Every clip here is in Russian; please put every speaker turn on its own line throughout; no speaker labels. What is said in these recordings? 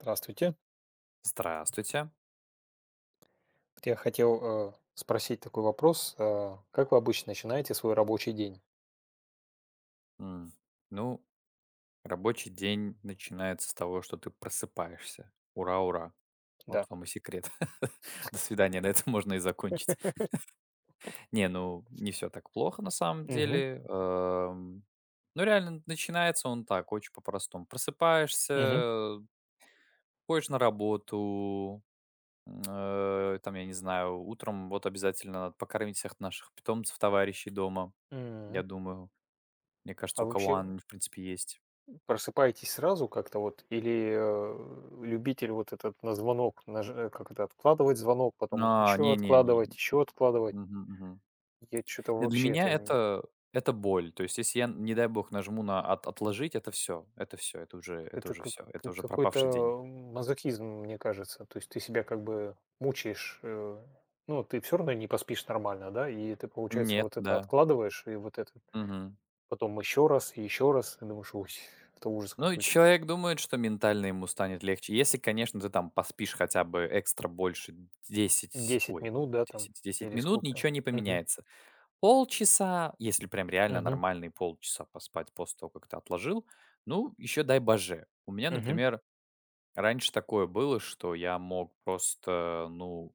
Здравствуйте.
Здравствуйте.
Я хотел спросить такой вопрос. Как вы обычно начинаете свой рабочий день?
М, Ну, рабочий день начинается с того, что ты просыпаешься. Ура, ура. Вот
Да.
вам и секрет. До свидания, на этом можно и закончить. Не, ну, не все так плохо на самом
Мгм.
деле. Ну, реально, начинается он так, очень по-простому.
Мгм.
Просыпаешься, ходишь на работу, там, я не знаю, утром вот обязательно надо покормить всех наших питомцев, товарищей дома, я
Мгм.
думаю. Мне кажется,
А
у
вы
кого
вообще
они, в принципе, есть.
просыпаетесь сразу как-то вот? Или любитель вот этот на звонок, как это, откладывать звонок, потом
А,
еще
не, не, не.
откладывать, еще откладывать?
Мгм, мгм.
Я что-то
Для
вообще
меня это боль. То есть, если я, не дай бог, нажму на от отложить, это все, это все, это уже это
это
уже
как
все, это уже пропавший день.
какой-то мазохизм, мне кажется. То есть ты себя как бы мучаешь, ну, ты все равно не поспишь нормально, да, и ты, получается,
Нет,
вот это
да.
откладываешь, и вот это
Мгм.
потом еще раз, и думаешь: "Ой, это ужас
Ну и
какой-то".
человек думает, что ментально ему станет легче. Если, конечно, ты там поспишь хотя бы экстра больше 10,
10
ой,
минут, да, там,
10 10
или
минут,
сколько там.
ничего не
Мгм,
поменяется. Полчаса, если прям реально
мгм,
нормальные полчаса поспать после того, как ты отложил, ну, еще дай боже. У меня,
мгм,
например, раньше такое было, что я мог просто, ну,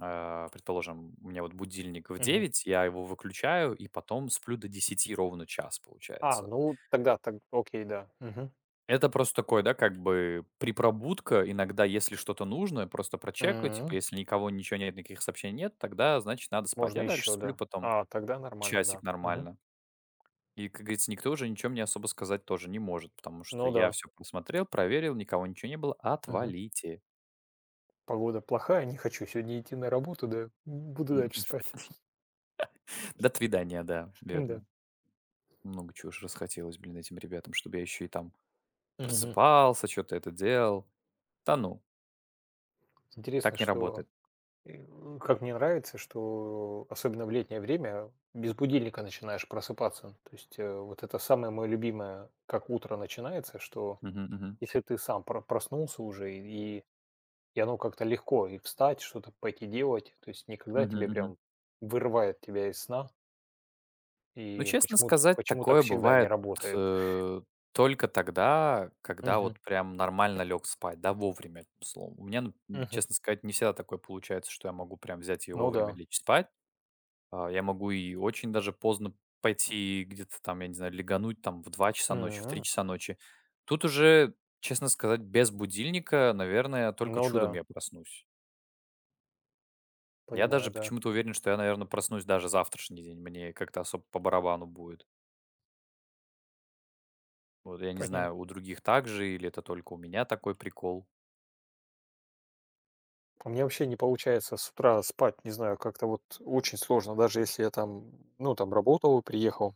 предположим, у меня вот будильник в
мгм.
9, я его выключаю и потом сплю до 10 ровно час,
А,
получается.
ну тогда так окей, да. Мгм.
Это просто такое, да, как бы припробудка. Иногда, если что-то нужно, просто прочекаю. Типа,
М,
если никого, ничего нет, никаких сообщений нет, тогда, значит, надо спать.
можно
Я дальше
еще,
сплю
да.
потом
А, тогда нормально,
часик
да. Мгм.
нормально. И, как говорится, никто уже ничего мне особо сказать тоже не может, потому что
Ну
я
да.
все посмотрел, проверил, никого ничего не было. Отвалите.
Погода плохая, не хочу сегодня идти на работу, да, буду дальше спать.
До свидания, да,
Да.
верно. Много чего ж расхотелось, блин, этим ребятам, чтобы я еще и там
Мгм.
просыпался, что то это делал. Да ну,
Интересно,
так не
что
работает.
как мне нравится, что особенно в летнее время без будильника начинаешь просыпаться. То есть вот это самое мое любимое, как утро начинается, что
Мгм, мгм.
если ты сам проснулся уже, и оно как-то легко, и встать, что-то пойти делать, то есть никогда
Мгм,
тебе
мгм.
прям вырывает тебя из сна,
Ну,
и
честно
почему,
сказать,
так
такое
всегда не
бывает,
работает.
э, только тогда, когда
Мгм.
вот прям нормально лег спать, да, вовремя, словом. У меня, ну,
Мгм.
честно сказать, не всегда такое получается, что я могу прям взять и
Ну
вовремя
да.
лечь спать. А, я могу и очень даже поздно пойти где-то там, я не знаю, легануть там в 2 часа ночи, в 3
М.
часа ночи. Тут уже, честно сказать, без будильника, наверное, только
Ну
чудом
да,
я проснусь. Я даже
понимаю, да.
почему-то уверен, что я, наверное, проснусь даже завтрашний день. Мне как-то особо по барабану будет. Вот я не
Понятно.
знаю, у других так же или это только у меня такой прикол.
У меня вообще не получается с утра спать, не знаю, как-то вот очень сложно, даже если я там, ну, там работал и приехал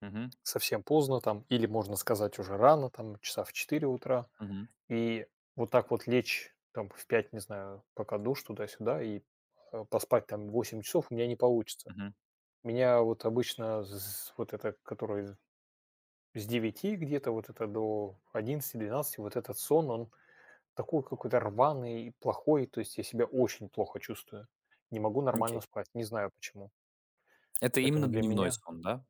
Мгм.
совсем поздно там, или, можно сказать, уже рано, там, часа в 4 утра,
Мгм.
и вот так вот лечь там в 5, не знаю, пока душ туда-сюда и поспать там 8 часов у меня не получится.
Мгм.
Меня вот обычно вот это, который с 9 где-то вот это до 11 12, вот этот сон, он такой какой-то рваный и плохой, то есть я себя очень плохо чувствую. Не могу
Окей.
нормально спать, не знаю почему.
Это именно
Поэтому для
дневной
меня,
сон, да?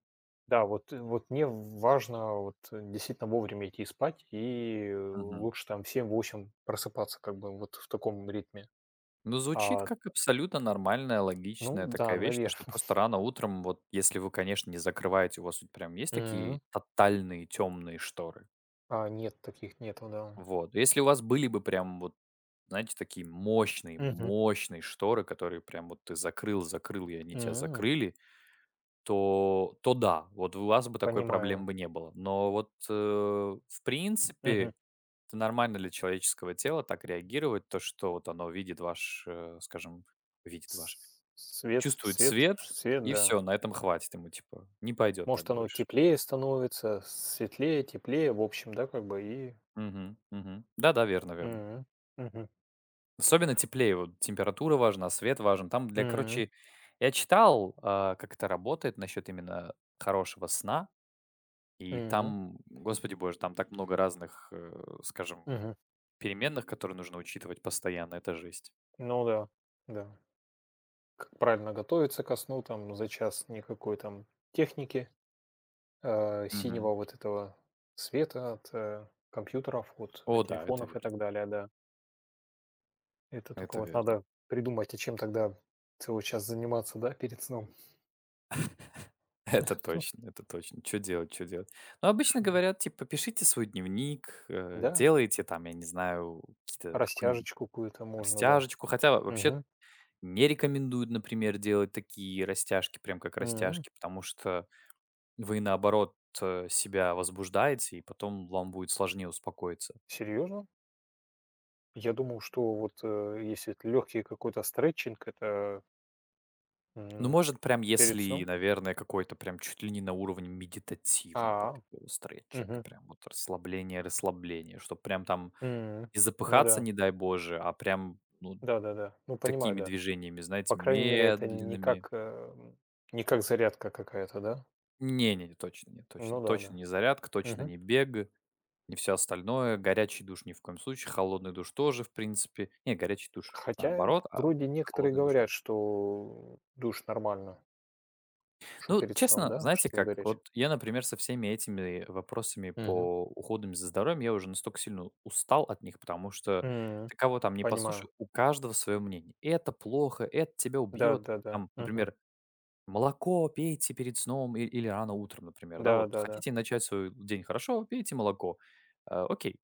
да, вот, вот мне важно вот действительно вовремя идти спать и
Мгм.
лучше там в семь-восемь просыпаться как бы вот в таком ритме.
Ну, звучит
А,
как абсолютно нормальная,
ну
логичная
да,
такая вещь, то,
наверное.
что просто рано утром, вот если вы, конечно, не закрываете, у вас ведь прям есть такие
Мгм.
тотальные темные шторы.
А, нет, таких нету, да.
Вот. Если у вас были бы прям вот, знаете, такие мощные,
Мгм.
мощные шторы, которые прям вот ты закрыл, закрыл, и они тебя
М.
закрыли, то да, вот у вас бы такой проблем
Понимаю.
бы не было. Но вот, в
Мгм.
принципе, это нормально для человеческого тела так реагировать, то, что вот оно видит ваш, э, скажем, видит ваш,
С- Свет,
Чувствует
свет,
свет,
свет,
и
да.
все, на этом хватит ему, типа, не пойдет так
Может, оно
больше.
теплее становится, светлее, теплее, в общем, да, как бы и
Мгм, мгм. Да-да, верно, верно.
мгм. Мгм.
Особенно теплее, вот температура важна, свет важен. Там для
Мгм.
короче, я читал, как это работает насчет именно хорошего сна, и
Мгм.
там, господи боже, там так много разных, скажем,
Мгм.
переменных, которые нужно учитывать постоянно. Это жесть.
Ну да, да. Как правильно готовиться ко сну, там за час никакой там техники,
Мгм.
синего вот этого света от, компьютеров, от,
О да, это
телефонов и
верно,
так далее, да. Это только
это
вот
верно.
надо придумать, а чем тогда целый час заниматься, да, перед сном?
Это
Ну,
точно, это точно. Чё делать, чё делать? Ну, обычно
чтобы-
говорят, типа, пишите свой дневник,
да,
делайте там, я не знаю, какие-то какую-нибудь
растяжечку какую-то можно, да.
растяжечку. Хотя вообще
Мгм.
не рекомендуют, например, делать такие растяжки, прям как
Мгм.
растяжки, потому что вы, наоборот, себя возбуждаете, и потом вам будет сложнее успокоиться.
Серьезно? Я думал, что вот, если это легкий какой-то стретчинг, это,
Ну,
м,
может, прям
перед
если,
сном.
наверное, какой-то прям чуть ли не на уровне медитативного
А,
такого стретчинга,
мгм,
прям вот расслабление, расслабление, чтобы прям там
м.
не
Ну
запыхаться,
да,
не дай боже, а прям, ну,
да-да-да. Ну, понимаю,
такими
да.
движениями,
По
знаете,
крайней мере, это не
медленными.
как, не как зарядка какая-то, да?
Не, не, точно нет, точно,
Ну да,
точно
да.
не зарядка, точно
Мгм.
не бег, не все остальное. Горячий душ ни в коем случае, холодный душ тоже, в принципе. Не, горячий душ
Хотя
наоборот, а
вроде некоторые
холодный душ не.
говорят, что душ нормально, что
Ну,
перед сном,
честно,
да,
знаете
что
как,
горячий.
вот я, например, со всеми этими вопросами
Мгм.
по уходам за здоровьем, я уже настолько сильно устал от них, потому что
М,
ты кого там не
понимаю.
послушай, у каждого свое мнение. Это плохо, это тебя убьет.
Да-да-да.
Там,
Мгм.
например. Молоко пейте перед сном или рано утром, например, да. Вот
Да-да-да. Да, да.
хотите начать свой день хорошо, пейте молоко. Э, окей,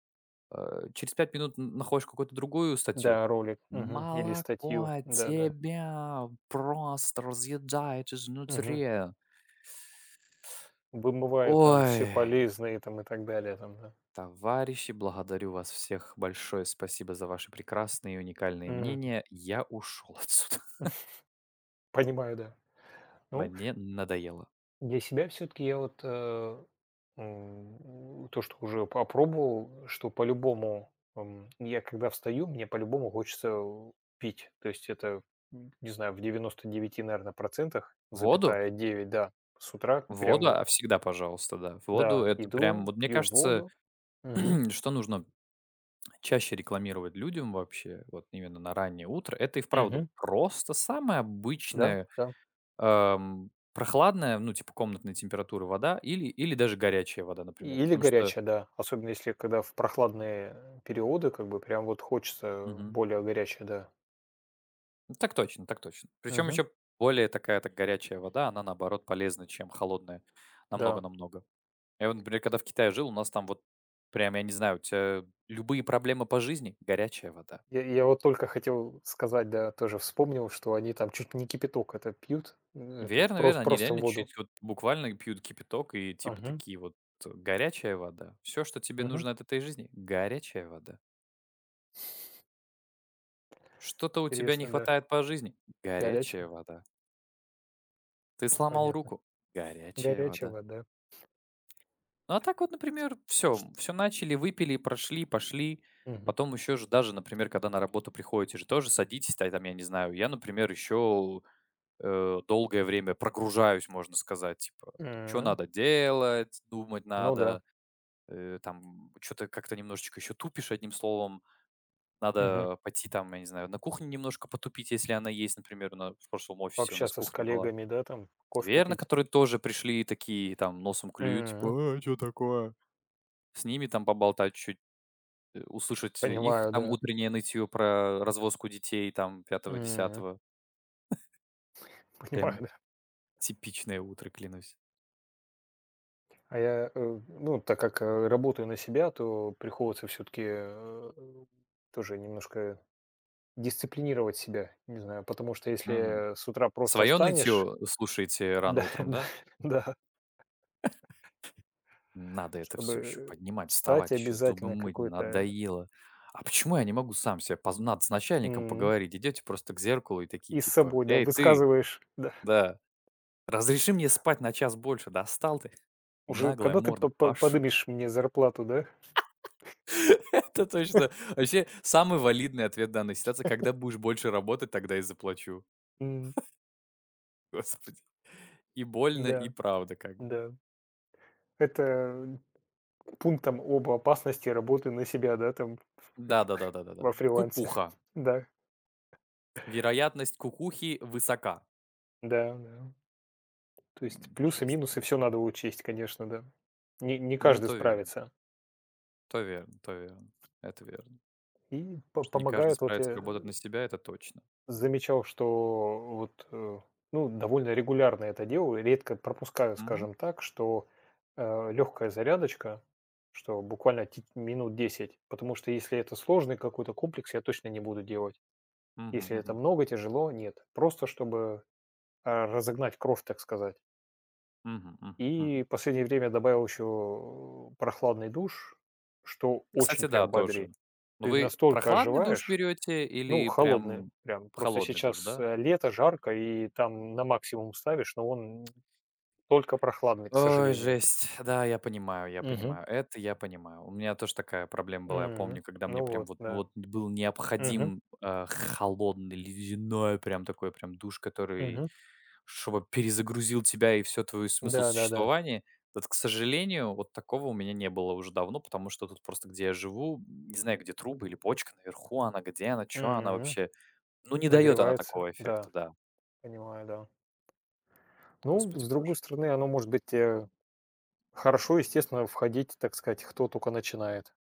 э, через 5 минут н находишь какую-то другую статью.
Да, ролик, мгм, или статью.
Молоко
Да-да.
тебя просто разъедает
Мгм.
изнутри.
Вымывая там
Ой,
все полезные там и так далее там, да.
товарищи, благодарю вас всех. Большое спасибо за ваши прекрасные и уникальные
Мгм.
мнения. Я ушел отсюда.
Понимаю, да. Ну,
Мне надоело.
для себя все-таки я вот, м, то, что уже попробовал, что по-любому, м, я когда встаю, мне по-любому хочется, пить. То есть это, м, не знаю, в девяноста девяти наверное, процентах,
Воду?
запятая 9, да, с утра прям
Воду,
вот,
всегда пожалуйста, да. Воду —
да,
это прям,
иду,
вот мне
пью
кажется,
воду. Мгм.
что нужно чаще рекламировать людям вообще, вот именно на раннее утро, это и вправду
Мгм.
просто самая
Да,
обычная
да.
прохладная, ну, типа комнатной температуры вода или даже горячая вода, например.
Или
Потому что...
горячая, да. Особенно если когда в прохладные периоды, как бы прям вот хочется
Мгм.
более горячая, да.
Ну, так точно, так точно. Причем
Мгм.
еще более такая, так горячая вода, она, наоборот, полезна, чем холодная.
Да.
Намного-намного. Я вот, например, когда в Китае жил, у нас там вот прям, я не знаю, у тебя любые проблемы по жизни — горячая вода.
Я вот только хотел сказать, да, тоже вспомнил, что они там чуть не кипяток это пьют, м, этот
Верно, верно. Они
просто
реально
воду.
чуть вот буквально пьют кипяток и типа
Мгм,
такие вот, горячая вода. Все, что тебе
мгм.
нужно от этой жизни, горячая вода. Что-то у тебя не
Интересно, да.
хватает по жизни, горячая
Горячего?
вода. Ты сломал
Понятно.
руку, горячая вода.
Горячего, да.
Ну а так вот, например, все, все начали, выпили, прошли, пошли.
Мгм.
Потом еще же даже, например, когда на работу приходите же, тоже садитесь, там, я не знаю, я, например, еще долгое время прогружаюсь, можно сказать, типа, что
М.
надо делать, думать
Ну да.
надо, там что то как-то немножечко еще тупишь, одним словом.
Мгм.
Надо пойти там, я не знаю, на кухне немножко потупить, если она есть. Например, на в прошлом офисе у нас
Пообщаться с
кухня была.
коллегами, да, там кофе
Верно,
попить.
которые тоже пришли такие, там, носом клюют,
М.
типа: "А, чё такое?" С ними там поболтать чуть, услышать их
Понимаю,
там
да.
утреннее нытьё про развозку детей там пятого
М.
десятого.
Понимаю,
Прям
да.
типичное утро, клянусь.
А я, ну, так как, работаю на себя, то приходится все таки тоже немножко дисциплинировать себя. Не знаю, потому что
Мгм.
если с утра просто
Своё
встанешь,
нытьё слушаете рано
да,
утром,
да,
да?
да,
Надо это все еще
чтобы
поднимать,
встать
вставать, еще зубы
обязательно
мыть,
какой-то,
надоело. А почему я не могу сам себе поз надо с начальником
м,
поговорить. Идете просто к зеркалу и такие
и с
типа:
собой, да,
"Эй, ты,
высказываешь, да.
да, разреши мне спать на час больше, достал ты?"
Уже
Наглая
когда ты
морда,
по
пашу.
подымешь мне зарплату, да?
Это точно. Вообще самый валидный ответ данной ситуации: "Когда будешь больше работать, тогда и заплачу".
М,
Господи. И больно, и
да,
правда как бы.
да. Это пунктом об опасности работы на себя, да, там,
Да-да-да-да-да-да.
во фрилансе.
Кукуха.
Да.
Вероятность кукухи высока.
Да, да. То есть плюсы,
Жесть,
минусы, все
конечно.
надо учесть, конечно, да. Не
Ну,
каждый
то ве
справится.
То верно, то верно. Это верно.
И по
Что не каждый
помогает, вот
справится
я
работать на себя, это точно.
замечал, что вот, ну, довольно регулярно это делаю, редко пропускаю,
Мгм.
скажем так, что, легкая зарядочка, что буквально ти 10 минут. Потому что если это сложный какой-то комплекс, я точно не буду делать.
Мгм,
Если это
мгм.
много, тяжело- нет. Просто чтобы, разогнать кровь, так сказать.
Мгм, мгм, мгм.
И в последнее время добавил еще прохладный душ, что
Кстати,
очень
да,
прям
тоже.
бодрит.
Но
Ты
вы
настолько
прохладный душ
оживаешь,
берете
ну,
или
холодный
прям
прям. Просто
холодный душ,
сейчас
да?
лето, жарко, и там на максимум ставишь, но он только прохладный, к
Ой,
сожалению.
жесть. Да, я понимаю, я
Мгм.
понимаю. Это я понимаю. У меня тоже такая проблема была. Я
Мгм.
помню, когда мне
Ну
прям
вот,
вот, ну
да.
вот был
Мгм.
необходим холодный, ледяной прям такой прям душ, который
Мгм.
чтобы перезагрузил тебя и все твой смысл
Да-да-да.
существования. Вот, к сожалению, вот такого у меня не было уже давно, потому что тут просто, где я живу, не знаю, где трубы или почка наверху, она где она, что она
Мгм.
вообще. Ну, не дает она
Нагревается.
такого эффекта,
Да,
да.
понимаю, да. Ну,
Господи
с
боже.
другой стороны, оно может быть хорошо, естественно, входить, так сказать, кто только начинает.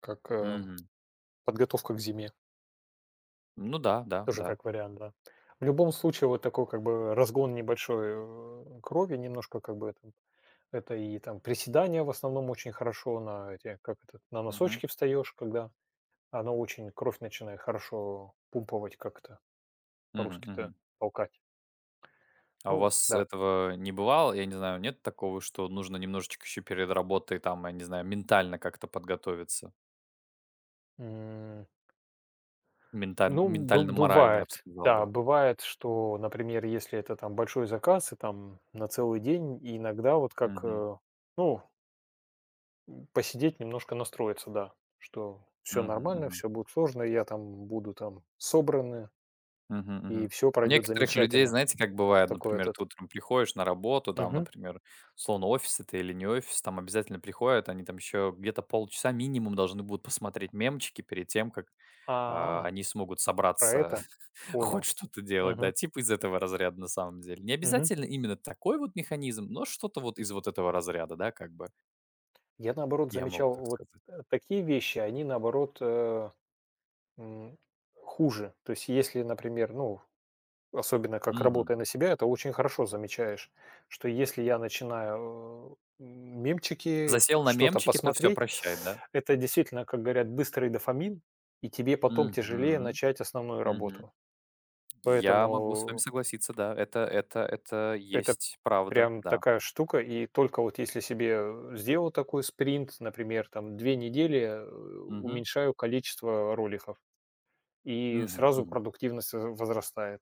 Как
Мгм.
подготовка к зиме
Ну да, да,
тоже
да.
как вариант, да. В любом случае, вот такой как бы разгон небольшой, крови немножко как бы это и там приседания в основном очень хорошо на эти, как это, на
Мгм.
носочки встаешь, когда оно очень кровь начинает хорошо пумповать, как то
Мгм,
по-русски-то,
мгм.
толкать.
А у
Ну
вас
да.
этого не бывало? Я не знаю, нет такого, что нужно немножечко еще перед работой, там, я не знаю, ментально как-то подготовиться?
М, ну, бы
Ментально-морально, я бы
бывает.
сказал
Да,
бы.
бывает, что, например, если это там большой заказ и там на целый день, и иногда вот как,
Мгм.
ну, посидеть, немножко настроиться, да, что все
Мгм,
нормально,
мгм.
все будет сложно, я там буду там собраны
Мгм,
и
мгм.
все
У
пройдет
некоторых людей,
замечательно.
знаете, как бывает,
Такой
например, ты
этот
утром приходишь на работу, там,
мгм.
например, словно офис это или не офис, там обязательно приходят, они там еще где-то полчаса минимум должны будут посмотреть мемчики перед тем, как,
А,
они смогут
про
собраться,
это?
хоть
Понял.
что-то делать, да,
Мгм,
типа из этого разряда на самом деле. Не
мгм.
обязательно именно такой вот механизм, но что-то вот из вот этого разряда, да, как бы,
Я, наоборот,
я могу
замечал
так
вот,
сказать.
такие вещи, они, наоборот, м, хуже. То есть, если, например, ну, особенно как
Мгм.
работая на себя, это очень хорошо замечаешь, что если я начинаю, мемчики,
Засел на
что-то
мемчики, то все
посмотреть,
прощай, да?
это действительно, как говорят, быстрый дофамин, и тебе потом тяжелее
Мгм,
начать основную
мгм.
работу.
Я могу с вами
Поэтому
согласиться, да, это
это
есть правда,
прям
да.
такая штука, и только вот если себе сделал такой спринт, например, там 2 недели,
Мгм,
уменьшаю количество роликов. И
мгм,
сразу
мгм.
продуктивность в возрастает.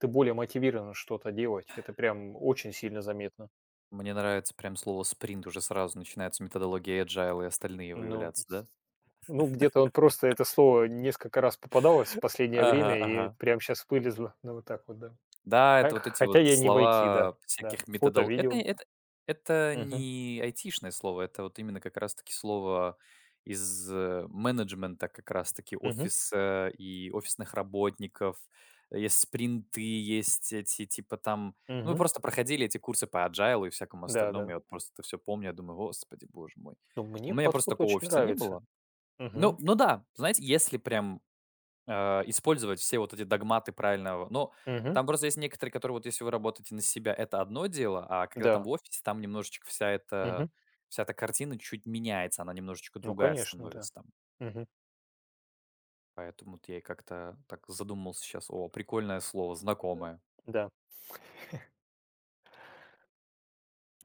Ты более мотивирован что-то делать. Это прям очень сильно заметно.
Мне нравится прям слово "спринт", уже сразу начинается методология agile и остальные
Ну
выявляться, да?
ну, где-то он просто это слово несколько раз попадалось в последнее
Ага,
время, и
ага.
прям сейчас вылезло. Ну, вот так вот, да.
Да,
Хо
это вот эти
хотя
вот
я не войти, да,
слова
да.
всяких
Фото,
методол это
видео.
это это
Мгм,
не айтишное слово, это вот именно как раз-таки слово из, менеджмента, как раз-таки
мгм,
офиса и офисных работников. Есть спринты, есть эти типа там, ну, мы
мгм.
просто проходили эти курсы по agile и всякому остальному.
Да-да.
Я вот просто это все помню. Я думаю: "Господи, боже мой".
Ну,
У
мне
меня просто
подход
такого
очень
офиса не
нравится.
было. Ну,
Мгм,
ну да, знаете, если прям использовать все вот эти догматы правильного. Но
мгм,
там просто есть некоторые, которые вот если вы работаете на себя, это одно дело, а когда там в
да,
офисе, там немножечко вся эта,
мгм.
вся эта картина чуть меняется, она немножечко
Ну,
другая
конечно, да.
становится там.
Мгм.
Поэтому вот я и как-то так задумался сейчас. О, прикольное слово,
Э,
знакомое.
Да.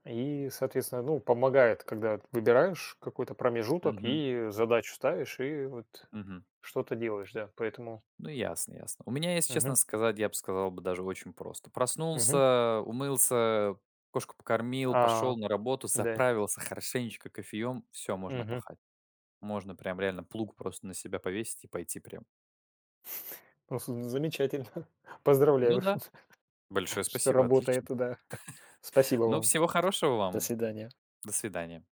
И, соответственно, ну, помогает, когда выбираешь какой-то промежуток
Мгм,
и задачу ставишь, и вот
мгм.
что-то делаешь, да. Поэтому.
Ну, ясно, ясно. У меня, если честно
Мгм.
сказать, я бы сказал бы даже очень просто.
Мгм.
Проснулся, умылся, кошку покормил, пошел
А,
на работу,
да.
заправился хорошенечко кофеем, все, можно
Мгм.
пахать. Можно прям реально плуг просто на себя повесить и пойти прям.
Ну, с замечательно.
Ну
Поздравляю,
да, большое
что
спасибо, отлично.
работает, да. Спасибо
Ну,
вам.
всего хорошего
До
вам.
свидания.
До свидания.